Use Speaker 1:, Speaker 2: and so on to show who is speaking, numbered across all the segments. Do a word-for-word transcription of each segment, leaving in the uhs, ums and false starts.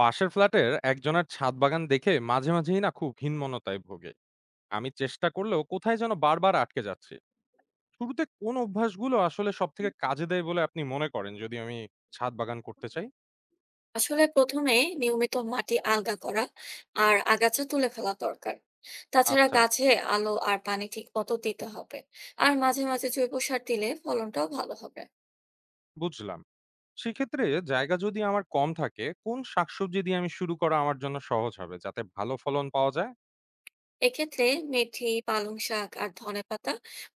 Speaker 1: পাশের ফ্ল্যাটের একজনের ছাদ বাগান দেখে মাঝে মাঝেই না খুব হীনমন্যতায় ভোগে। আমি চেষ্টা করলেও কোথায় যেন বারবার আটকে যাচ্ছে। শুরুতে কোন অভ্যাসগুলো আসলে সব থেকে কাজে দেয় বলে আপনি মনে করেন, যদি আমি ছাদ বাগান করতে চাই?
Speaker 2: আসলে প্রথমে নিয়মিত মাটি আলগা করা আর আগাছা তুলে ফেলা দরকার। তাছাড়া
Speaker 1: আচ্ছা।
Speaker 2: গাছে আলো আর পানি ঠিক মতো দিতে হবে। আর মাঝে মাঝে জৈব সার দিলে ফলনটাও ভালো হবে।
Speaker 1: বুঝলাম। সেক্ষেত্রে জায়গা যদি আমার কম থাকে, কোন শাকসবজি দিয়ে আমি শুরু করা আমার জন্য সহজ হবে, যাতে ভালো ফলন পাওয়া যায়?
Speaker 2: এক্ষেত্রে মেথি পালং শাক আর ধনেপাতা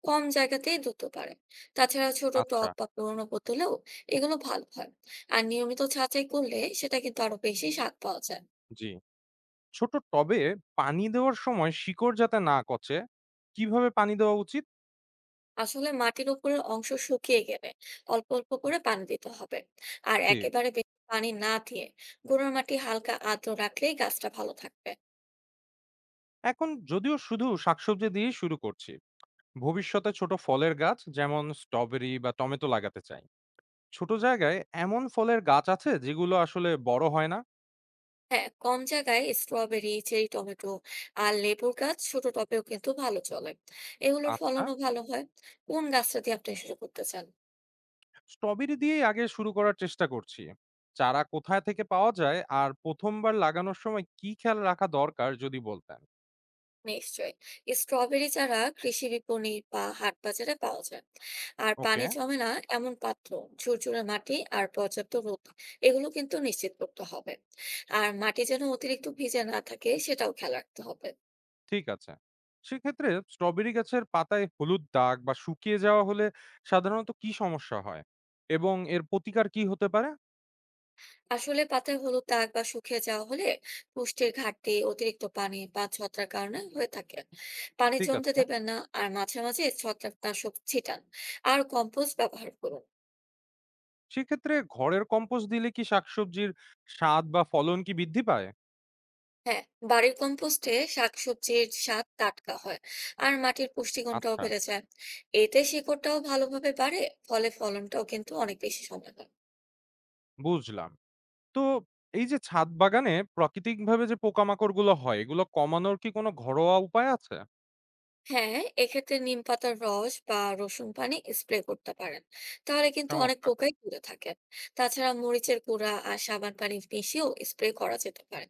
Speaker 2: কম জায়গাতেই দ্রুত পারে। তাছাড়া ছোট
Speaker 1: আচ্ছা।
Speaker 2: টব বা পুরোনো বোতলেও এগুলো ভালো হয়। আর নিয়মিত ছাঁচাই করলে সেটা কিন্তু আরো বেশি স্বাদ পাওয়া যায়।
Speaker 1: জি। ছোট টবে পানি দেওয়ার সময় শিকড় যাতে না কচে, কিভাবে পানি দেওয়া উচিত?
Speaker 2: আসলে মাটির উপরের অংশ শুকিয়ে গেলে অল্প অল্প করে পানি দিতে হবে। আর
Speaker 1: ঠিক।
Speaker 2: একেবারে বেশি পানি না দিয়ে গুঁড়োর মাটি হালকা আর্দ্র রাখলেই গাছটা ভালো থাকবে।
Speaker 1: এখন যদিও শুধু শাকসবজি দিয়ে শুরু করছি, ভবিষ্যতে ছোট ফলের গাছ যেমন স্ট্রবেরি বা টমেটো লাগাতে চাই। ছোট জায়গায় এমন ফলের গাছ আছে যেগুলো আসলে বড় হয় না?
Speaker 2: হ্যাঁ, কম জায়গায় স্ট্রবেরি চেরি টমেটো আর লেবুর গাছ ছোট টবেও কিন্তু ভালো চলে। এগুলোর
Speaker 1: আচ্ছা।
Speaker 2: ফলনও ভালো হয়। কোন গাছটা দিয়ে আপনি শুরু করতে চান?
Speaker 1: স্ট্রবেরি দিয়েই আগে শুরু করার চেষ্টা করছি। চারা কোথায় থেকে পাওয়া যায়, আর প্রথমবার লাগানোর সময় কি খেয়াল রাখা দরকার, যদি বলতেন?
Speaker 2: নিশ্চয়ই স্ট্রবেরি চারা কৃষি বিপণি বা হাট বাজারে পাওয়া যায়। আর
Speaker 1: ওকে।
Speaker 2: পানি জমে না এমন পাত্র, ঝুরঝুরে মাটি আর পর্যাপ্ত রোদ, এগুলো কিন্তু নিশ্চিত করতে হবে। আর মাটি যেন অতিরিক্ত ভিজে না থাকে সেটাও খেয়াল রাখতে হবে।
Speaker 1: ঠিক আছে। সেক্ষেত্রে স্ট্রবেরি গাছের পাতায় হলুদ দাগ বা শুকিয়ে যাওয়া হলে সাধারণত কি সমস্যা হয়, এবং এর প্রতিকার কি হতে পারে?
Speaker 2: আসলে পাতায় হলুদ দাগ বা শুকিয়ে যাওয়া হলে পুষ্টির ঘাটতি, অতিরিক্ত পানি বা ছত্রাক কারণে হয়ে থাকে। পানি
Speaker 1: ঠিক
Speaker 2: জমতে
Speaker 1: আছে।
Speaker 2: দেবেন না আর মাঝে মাঝে ছত্রাকনাশক ছিটান। আর কম্পোস্ট ব্যবহার করুন।
Speaker 1: সেক্ষেত্রে ঘরের কম্পোস্ট দিলে কি শাকসবজির স্বাদ বা ফলন কি বৃদ্ধি পায়?
Speaker 2: হ্যাঁ, বাড়ির কম্পোস্টে শাকসবজির স্বাদ টাটকা হয়। আর মাটির পুষ্টিগুণটাও
Speaker 1: আচ্ছা,
Speaker 2: বেড়ে যায়। এতে শিকড়টাও ভালোভাবে বাড়ে। ফলে ফলনটাও কিন্তু অনেক বেশি সময় হয়।
Speaker 1: বুঝলাম। তো এই যে ছাদ বাগানে প্রাকৃতিকভাবে যে পোকামাকড়গুলো হয়, এগুলো কমানোর কি কোনো ঘরোয়া উপায় আছে?
Speaker 2: হ্যাঁ, এক্ষেত্রে নিম পাতার রস বা রসুন পানি স্প্রে করতে পারেন। তাহলে কিন্তু অনেক
Speaker 1: চমৎকার!
Speaker 2: পোকাই দূরে থাকে। তাছাড়া মরিচের গুঁড়া আর সাবান পানি মিশিয়েও স্প্রে করা যেতে পারে।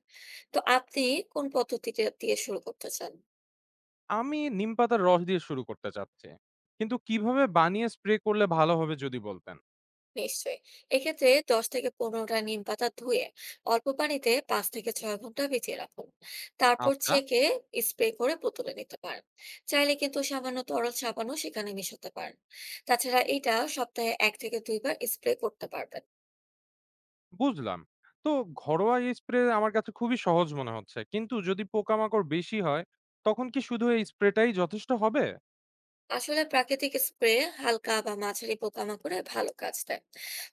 Speaker 2: তো আপনি কোন পদ্ধতিটা দিয়ে শুরু করতে চান?
Speaker 1: আমি নিমপাতার রস দিয়ে শুরু করতে চাচ্ছি। কিন্তু কিভাবে বানিয়ে স্প্রে করলে ভালো হবে, যদি বলতেন?
Speaker 2: নিশ্চয়ই। এক্ষেত্রে দশ থেকে পনেরোটা নিম পাতা ধুয়ে অল্প পানিতে পাঁচ থেকে ছয় ঘন্টা ভিজিয়ে রাখুন। তারপর
Speaker 1: আচ্ছা,
Speaker 2: ছেঁকে স্প্রে করে বোতলে নিতে পারেন। চাইলে কিন্তু সামান্য তরল সাবানও সেখানে মিশাতে পারেন। তাছাড়া এটা সপ্তাহে এক থেকে দুইবার স্প্রে করতে পারবেন।
Speaker 1: বুঝলাম। তো ঘরোয়া এই স্প্রে আমার কাছে খুবই সহজ মনে হচ্ছে। কিন্তু যদি পোকামাকড় বেশি হয়, তখন কি শুধু এই স্প্রেটাই যথেষ্ট হবে?
Speaker 2: আসলে প্রাকৃতিক স্প্রে হালকা বা মাঝারি পোকামাকড়ে ভালো কাজ দেয়।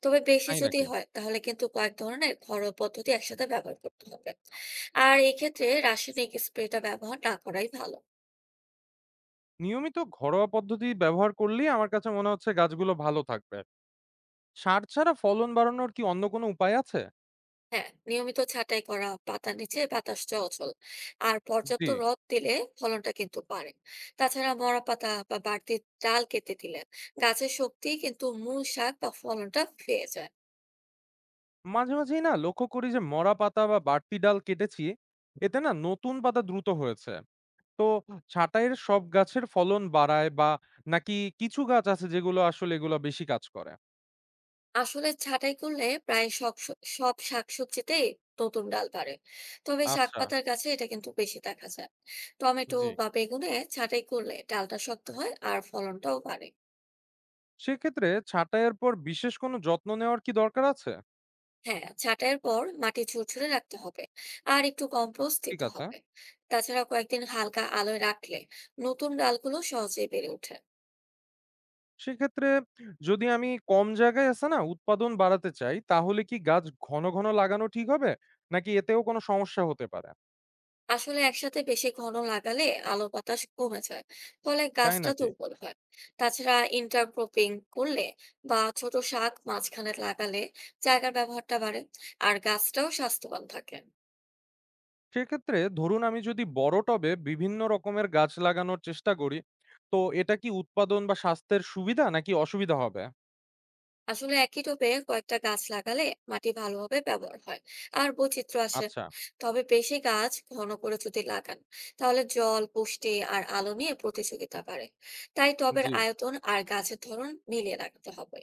Speaker 2: তবে বেশি
Speaker 1: তাই
Speaker 2: যদি
Speaker 1: নাকি?
Speaker 2: হয় তাহলে কিন্তু কয়েক ধরনের ঘরোয়া পদ্ধতি একসাথে ব্যবহার করতে হবে। আর এক্ষেত্রে রাসায়নিক স্প্রেটা ব্যবহার না করাই ভালো।
Speaker 1: নিয়মিত ঘরোয়া পদ্ধতি ব্যবহার করলেই আমার কাছে মনে হচ্ছে গাছগুলো ভালো থাকবে। সার ছাড়া ফলন বাড়ানোর কি অন্য কোনো উপায় আছে?
Speaker 2: হ্যাঁ, নিয়মিত ছাঁটাই করা, পাতা নিচে বাতাস চলাচল আর
Speaker 1: জি।
Speaker 2: পর্যাপ্ত রোদ দিলে ফলনটা কিন্তু বাড়ে। তাছাড়া মরা পাতা বা বাড়তি ডাল কেটে দিলে গাছের শক্তি কিন্তু মূল শাক বা ফলনটা পেয়ে যায়।
Speaker 1: মাঝে মাঝেই না লক্ষ্য করি যে মরা পাতা বা বাড়তি ডাল কেটেছি, এতে না নতুন পাতা দ্রুত হয়েছে। তো ছাঁটাইয়ের সব গাছের ফলন বাড়ায়, বা নাকি কিছু গাছ আছে যেগুলো আসলে এগুলো বেশি কাজ করে?
Speaker 2: আসলে ছাঁটাই করলে প্রায় সব স- সব শাকসবজিতেই নতুন ডাল বাড়ে। তবে শাক
Speaker 1: আচ্ছা।
Speaker 2: পাতার গাছে এটা কিন্তু বেশি দেখা যায়। টমেটো
Speaker 1: জি।
Speaker 2: বা বেগুনে ছাঁটাই করলে ডালটা শক্ত হয় আর ফলনটাও বাড়ে।
Speaker 1: সেক্ষেত্রে ছাঁটাইয়ের পর বিশেষ কোনো যত্ন নেওয়ার কি দরকার আছে?
Speaker 2: হ্যাঁ, ছাঁটাইয়ের পর মাটি ঝুরঝুরে রাখতে হবে আর একটু কম্পোস্ট
Speaker 1: ঠিক
Speaker 2: দিতে
Speaker 1: আছে।
Speaker 2: হবে। তাছাড়া কয়েকদিন হালকা আলোয় রাখলে নতুন ডালগুলো সহজেই বেড়ে ওঠে।
Speaker 1: সেক্ষেত্রে যদি আমি কম জায়গায় আছে না উৎপাদন বাড়াতে চাই, তাহলে কি গাছ ঘন ঘন লাগানো ঠিক হবে, নাকি এতেও কোনো সমস্যা হতে পারে?
Speaker 2: আসলে একসাথে বেশি ঘন লাগালে আলো বাতাস কমে যায়। ফলে
Speaker 1: তাই
Speaker 2: গাছটা
Speaker 1: নাকি?
Speaker 2: দুর্বল হয়। তাছাড়া ইন্টারক্রপিং করলে বা ছোট শাক মাঝখানে লাগালে জায়গার ব্যবহারটা বাড়ে। আর গাছটাও স্বাস্থ্যবান থাকে।
Speaker 1: সেক্ষেত্রে ধরুন আমি যদি বড় টবে বিভিন্ন রকমের গাছ লাগানোর চেষ্টা করি, তো এটা কি উৎপাদন বা স্বাস্থ্যের সুবিধা নাকি অসুবিধা হবে?
Speaker 2: আসলে একই টবে কয়েকটা গাছ লাগালে মাটি ভালোভাবে ব্যবহার হয় আর বৈচিত্র্য আসে।
Speaker 1: আচ্ছা।
Speaker 2: তবে বেশি গাছ ঘন করে যদি লাগান তাহলে জল পুষ্টি আর আলো নিয়ে প্রতিযোগিতা বাড়ে। তাই টবের
Speaker 1: জি।
Speaker 2: আয়তন আর গাছের ধরন মিলিয়ে রাখতে হবে।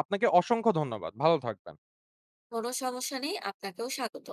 Speaker 1: আপনাকে অসংখ্য ধন্যবাদ, ভালো থাকবেন।
Speaker 2: কোনো সমস্যা নেই, আপনাকেও স্বাগত।